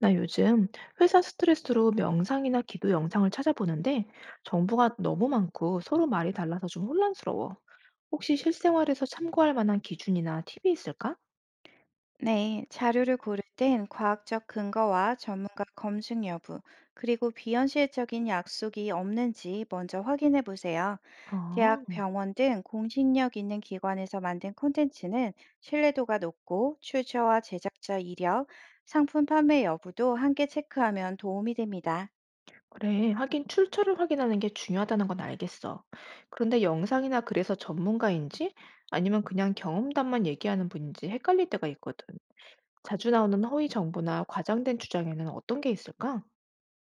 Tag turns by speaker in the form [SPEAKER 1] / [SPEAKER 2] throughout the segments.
[SPEAKER 1] 나 요즘 회사 스트레스로 명상이나 기도 영상을 찾아보는데 정보가 너무 많고 서로 말이 달라서 좀 혼란스러워. 혹시 실생활에서 참고할 만한 기준이나 팁이 있을까?
[SPEAKER 2] 네, 자료를 고를 땐 과학적 근거와 전문가 검증 여부, 그리고 비현실적인 약속이 없는지 먼저 확인해 보세요. 대학,
[SPEAKER 1] 아,
[SPEAKER 2] 병원 등 공신력 있는 기관에서 만든 콘텐츠는 신뢰도가 높고 출처와 제작자 이력, 상품 판매 여부도 함께 체크하면 도움이 됩니다.
[SPEAKER 1] 그래. 하긴 출처를 확인하는 게 중요하다는 건 알겠어. 그런데 영상이나 글에서 전문가인지 아니면 그냥 경험담만 얘기하는 분인지 헷갈릴 때가 있거든. 자주 나오는 허위 정보나 과장된 주장에는 어떤 게 있을까?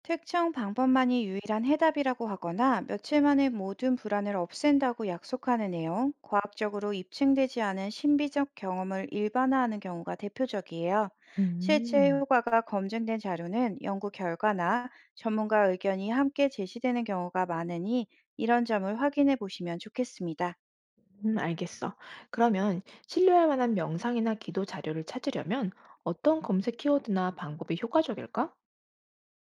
[SPEAKER 2] 특정 방법만이 유일한 해답이라고 하거나 며칠 만에 모든 불안을 없앤다고 약속하는 내용, 과학적으로 입증되지 않은 신비적 경험을 일반화하는 경우가 대표적이에요. 실제
[SPEAKER 1] 음.
[SPEAKER 2] 효과가 검증된 자료는 연구 결과나 전문가 의견이 함께 제시되는 경우가 많으니 이런 점을 확인해 보시면 좋겠습니다.
[SPEAKER 1] 알겠어. 그러면 신뢰할 만한 명상이나 기도 자료를 찾으려면 어떤 검색 키워드나 방법이 효과적일까?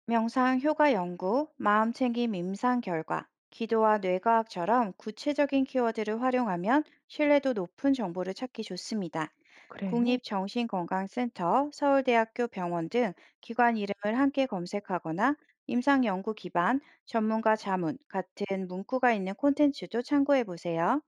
[SPEAKER 2] 명상 효과 연구, 마음 챙김 임상 결과, 기도와 뇌과학처럼 구체적인 키워드를 활용하면 신뢰도 높은 정보를 찾기 좋습니다.
[SPEAKER 1] 그래.
[SPEAKER 2] 국립정신건강센터, 서울대학교 병원 등 기관 이름을 함께 검색하거나 임상 연구 기반, 전문가 자문 같은 문구가 있는 콘텐츠도 참고해 보세요.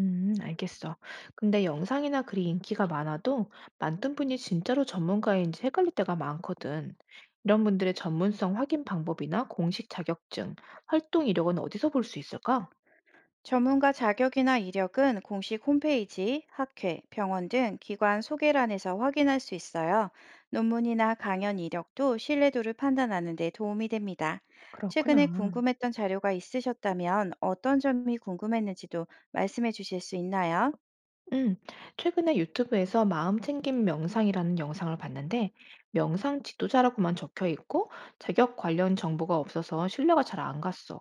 [SPEAKER 1] 알겠어. 근데 영상이나 글이 인기가 많아도 만든 분이 진짜로 전문가인지 헷갈릴 때가 많거든. 이런 분들의 전문성 확인 방법이나 공식 자격증, 활동 이력은 어디서 볼 수 있을까?
[SPEAKER 2] 전문가 자격이나 이력은 공식 홈페이지, 학회, 병원 등 기관 소개란에서 확인할 수 있어요. 논문이나 강연 이력도 신뢰도를 판단하는 데 도움이 됩니다. 최근에
[SPEAKER 1] 그렇구나.
[SPEAKER 2] 궁금했던 자료가 있으셨다면 어떤 점이 궁금했는지도 말씀해 주실 수 있나요?
[SPEAKER 1] 음, 최근에 유튜브에서 마음챙김 명상이라는 영상을 봤는데, 명상 지도자라고만 적혀 있고, 자격 관련 정보가 없어서 신뢰가 잘 안 갔어.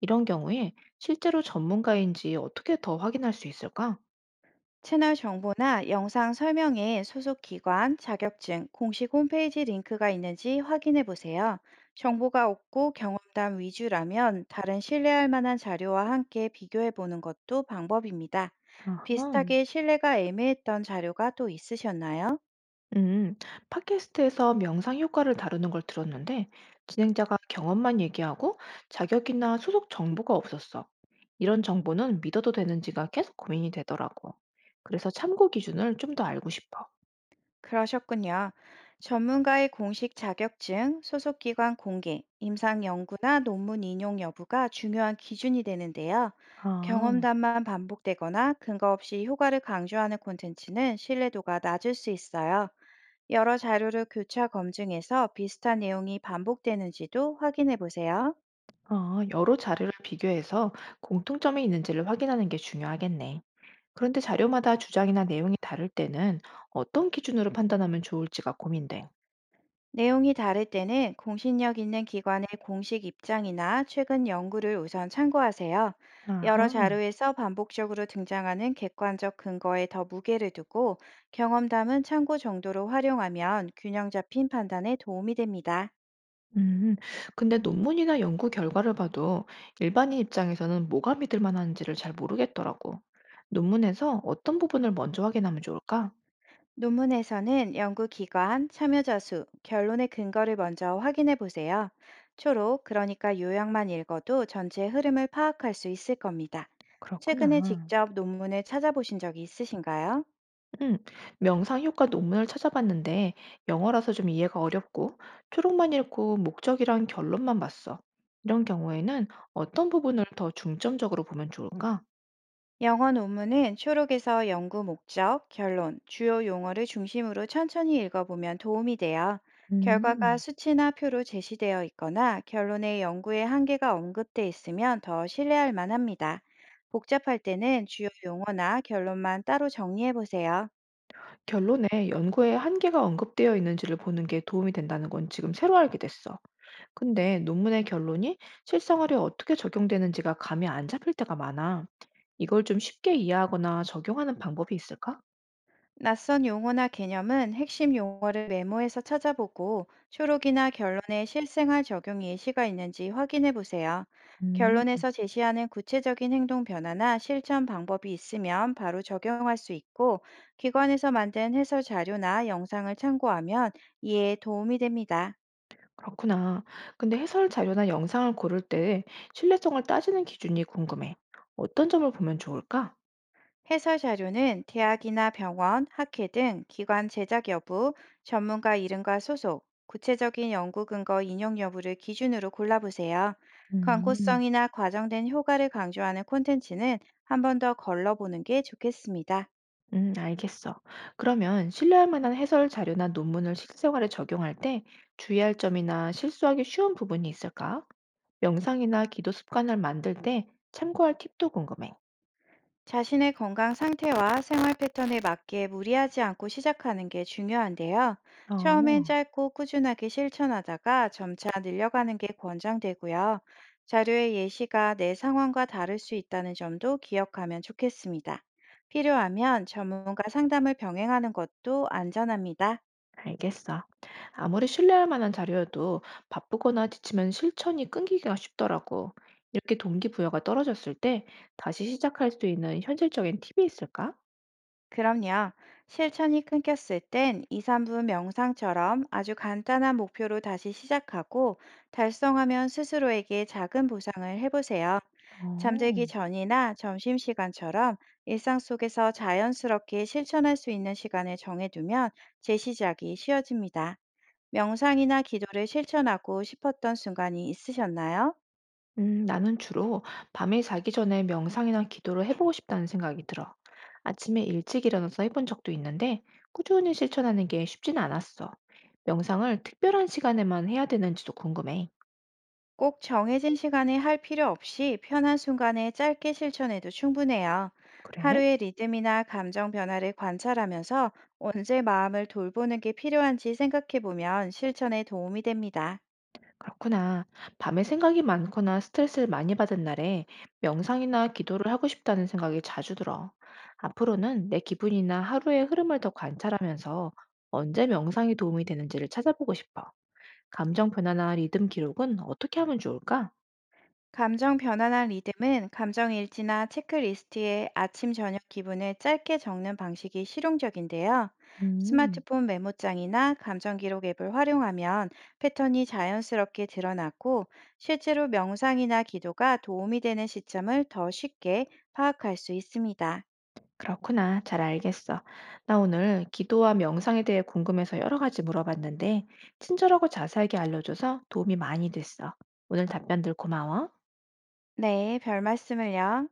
[SPEAKER 1] 이런 경우에 실제로 전문가인지 어떻게 더 확인할 수 있을까?
[SPEAKER 2] 채널 정보나 영상 설명에 소속 기관, 자격증, 공식 홈페이지 링크가 있는지 확인해 보세요. 정보가 없고 경험담 위주라면 다른 신뢰할 만한 자료와 함께 비교해 보는 것도 방법입니다.
[SPEAKER 1] 아하,
[SPEAKER 2] 비슷하게 신뢰가 애매했던 자료가 또 있으셨나요?
[SPEAKER 1] 음, 팟캐스트에서 명상 효과를 다루는 걸 들었는데, 진행자가 경험만 얘기하고 자격이나 소속 정보가 없었어. 이런 정보는 믿어도 되는지가 계속 고민이 되더라고. 그래서 참고 기준을 좀 더 알고 싶어.
[SPEAKER 2] 그러셨군요. 전문가의 공식 자격증, 소속기관 공개, 임상 연구나 논문 인용 여부가 중요한 기준이 되는데요.
[SPEAKER 1] 아,
[SPEAKER 2] 경험담만 반복되거나 근거 없이 효과를 강조하는 콘텐츠는 신뢰도가 낮을 수 있어요. 여러 자료를 교차 검증해서 비슷한 내용이 반복되는지도 확인해 보세요.
[SPEAKER 1] 아, 여러 자료를 비교해서 공통점이 있는지를 확인하는 게 중요하겠네. 그런데 자료마다 주장이나 내용이 다를 때는 어떤 기준으로 판단하면 좋을지가 고민돼.
[SPEAKER 2] 내용이 다를 때는 공신력 있는 기관의 공식 입장이나 최근 연구를 우선 참고하세요.
[SPEAKER 1] 아하.
[SPEAKER 2] 여러 자료에서 반복적으로 등장하는 객관적 근거에 더 무게를 두고 경험담은 참고 정도로 활용하면 균형 잡힌 판단에 도움이 됩니다.
[SPEAKER 1] 음, 근데 논문이나 연구 결과를 봐도 일반인 입장에서는 뭐가 믿을 만한지를 잘 모르겠더라고. 논문에서 어떤 부분을 먼저 확인하면 좋을까?
[SPEAKER 2] 논문에서는 연구 기관, 참여자 수, 결론의 근거를 먼저 확인해 보세요. 초록, 그러니까 요약만 읽어도 전체 흐름을 파악할 수 있을 겁니다.
[SPEAKER 1] 그렇구나.
[SPEAKER 2] 최근에 직접 논문을 찾아보신 적이 있으신가요?
[SPEAKER 1] 음, 명상 효과 논문을 찾아봤는데 영어라서 좀 이해가 어렵고 초록만 읽고 목적이랑 결론만 봤어. 이런 경우에는 어떤 부분을 더 중점적으로 보면 좋을까?
[SPEAKER 2] 영어 논문은 초록에서 연구 목적, 결론, 주요 용어를 중심으로 천천히 읽어보면 도움이 돼요. 결과가
[SPEAKER 1] 음,
[SPEAKER 2] 수치나 표로 제시되어 있거나 결론에 연구의 한계가 언급돼 있으면 더 신뢰할 만합니다. 복잡할 때는 주요 용어나 결론만 따로 정리해 보세요.
[SPEAKER 1] 결론에 연구의 한계가 언급되어 있는지를 보는 게 도움이 된다는 건 지금 새로 알게 됐어. 근데 논문의 결론이 실생활에 어떻게 적용되는지가 감이 안 잡힐 때가 많아. 이걸 좀 쉽게 이해하거나 적용하는 방법이 있을까?
[SPEAKER 2] 낯선 용어나 개념은 핵심 용어를 메모해서 찾아보고 초록이나 결론에 실생활 적용 예시가 있는지 확인해 보세요.
[SPEAKER 1] 음.
[SPEAKER 2] 결론에서 제시하는 구체적인 행동 변화나 실천 방법이 있으면 바로 적용할 수 있고, 기관에서 만든 해설 자료나 영상을 참고하면 이해에 도움이 됩니다.
[SPEAKER 1] 그렇구나. 근데 해설 자료나 영상을 고를 때 신뢰성을 따지는 기준이 궁금해. 어떤 점을 보면 좋을까?
[SPEAKER 2] 해설 자료는 대학이나 병원, 학회 등 기관 제작 여부, 전문가 이름과 소속, 구체적인 연구 근거 인용 여부를 기준으로 골라보세요.
[SPEAKER 1] 음,
[SPEAKER 2] 광고성이나 과정된 효과를 강조하는 콘텐츠는 한 번 더 걸러보는 게 좋겠습니다.
[SPEAKER 1] 알겠어. 그러면 신뢰할 만한 해설 자료나 논문을 실생활에 적용할 때 주의할 점이나 실수하기 쉬운 부분이 있을까? 명상이나 기도 습관을 만들 때 참고할 팁도 궁금해.
[SPEAKER 2] 자신의 건강 상태와 생활 패턴에 맞게 무리하지 않고 시작하는 게 중요한데요. 처음엔
[SPEAKER 1] 어.
[SPEAKER 2] 짧고 꾸준하게 실천하다가 점차 늘려가는 게 권장되고요. 자료의 예시가 내 상황과 다를 수 있다는 점도 기억하면 좋겠습니다. 필요하면 전문가 상담을 병행하는 것도 안전합니다.
[SPEAKER 1] 알겠어. 아무리 신뢰할 만한 자료여도 바쁘거나 지치면 실천이 끊기기가 쉽더라고. 이렇게 동기부여가 떨어졌을 때 다시 시작할 수 있는 현실적인 팁이 있을까?
[SPEAKER 2] 그럼요. 실천이 끊겼을 땐 2, 3분 명상처럼 아주 간단한 목표로 다시 시작하고 달성하면 스스로에게 작은 보상을 해보세요. 잠들기
[SPEAKER 1] 어,
[SPEAKER 2] 전이나 점심시간처럼 일상 속에서 자연스럽게 실천할 수 있는 시간을 정해두면 재시작이 쉬워집니다. 명상이나 기도를 실천하고 싶었던 순간이 있으셨나요?
[SPEAKER 1] 나는 주로 밤에 자기 전에 명상이나 기도를 해보고 싶다는 생각이 들어. 아침에 일찍 일어나서 해본 적도 있는데 꾸준히 실천하는 게 쉽진 않았어. 명상을 특별한 시간에만 해야 되는지도 궁금해.
[SPEAKER 2] 꼭 정해진 시간에 할 필요 없이 편한 순간에 짧게 실천해도 충분해요.
[SPEAKER 1] 그래?
[SPEAKER 2] 하루의 리듬이나 감정 변화를 관찰하면서 언제 마음을 돌보는 게 필요한지 생각해 보면 실천에 도움이 됩니다.
[SPEAKER 1] 그렇구나. 밤에 생각이 많거나 스트레스를 많이 받은 날에 명상이나 기도를 하고 싶다는 생각이 자주 들어. 앞으로는 내 기분이나 하루의 흐름을 더 관찰하면서 언제 명상이 도움이 되는지를 찾아보고 싶어. 감정 변화나 리듬 기록은 어떻게 하면 좋을까?
[SPEAKER 2] 감정 변화나 리듬은 감정 일지나 체크리스트에 아침, 저녁 기분을 짧게 적는 방식이 실용적인데요.
[SPEAKER 1] 음,
[SPEAKER 2] 스마트폰 메모장이나 감정 기록 앱을 활용하면 패턴이 자연스럽게 드러나고 실제로 명상이나 기도가 도움이 되는 시점을 더 쉽게 파악할 수 있습니다.
[SPEAKER 1] 그렇구나. 잘 알겠어. 나 오늘 기도와 명상에 대해 궁금해서 여러 가지 물어봤는데, 친절하고 자세하게 알려줘서 도움이 많이 됐어. 오늘 답변들 고마워.
[SPEAKER 2] 네, 별 말씀을요.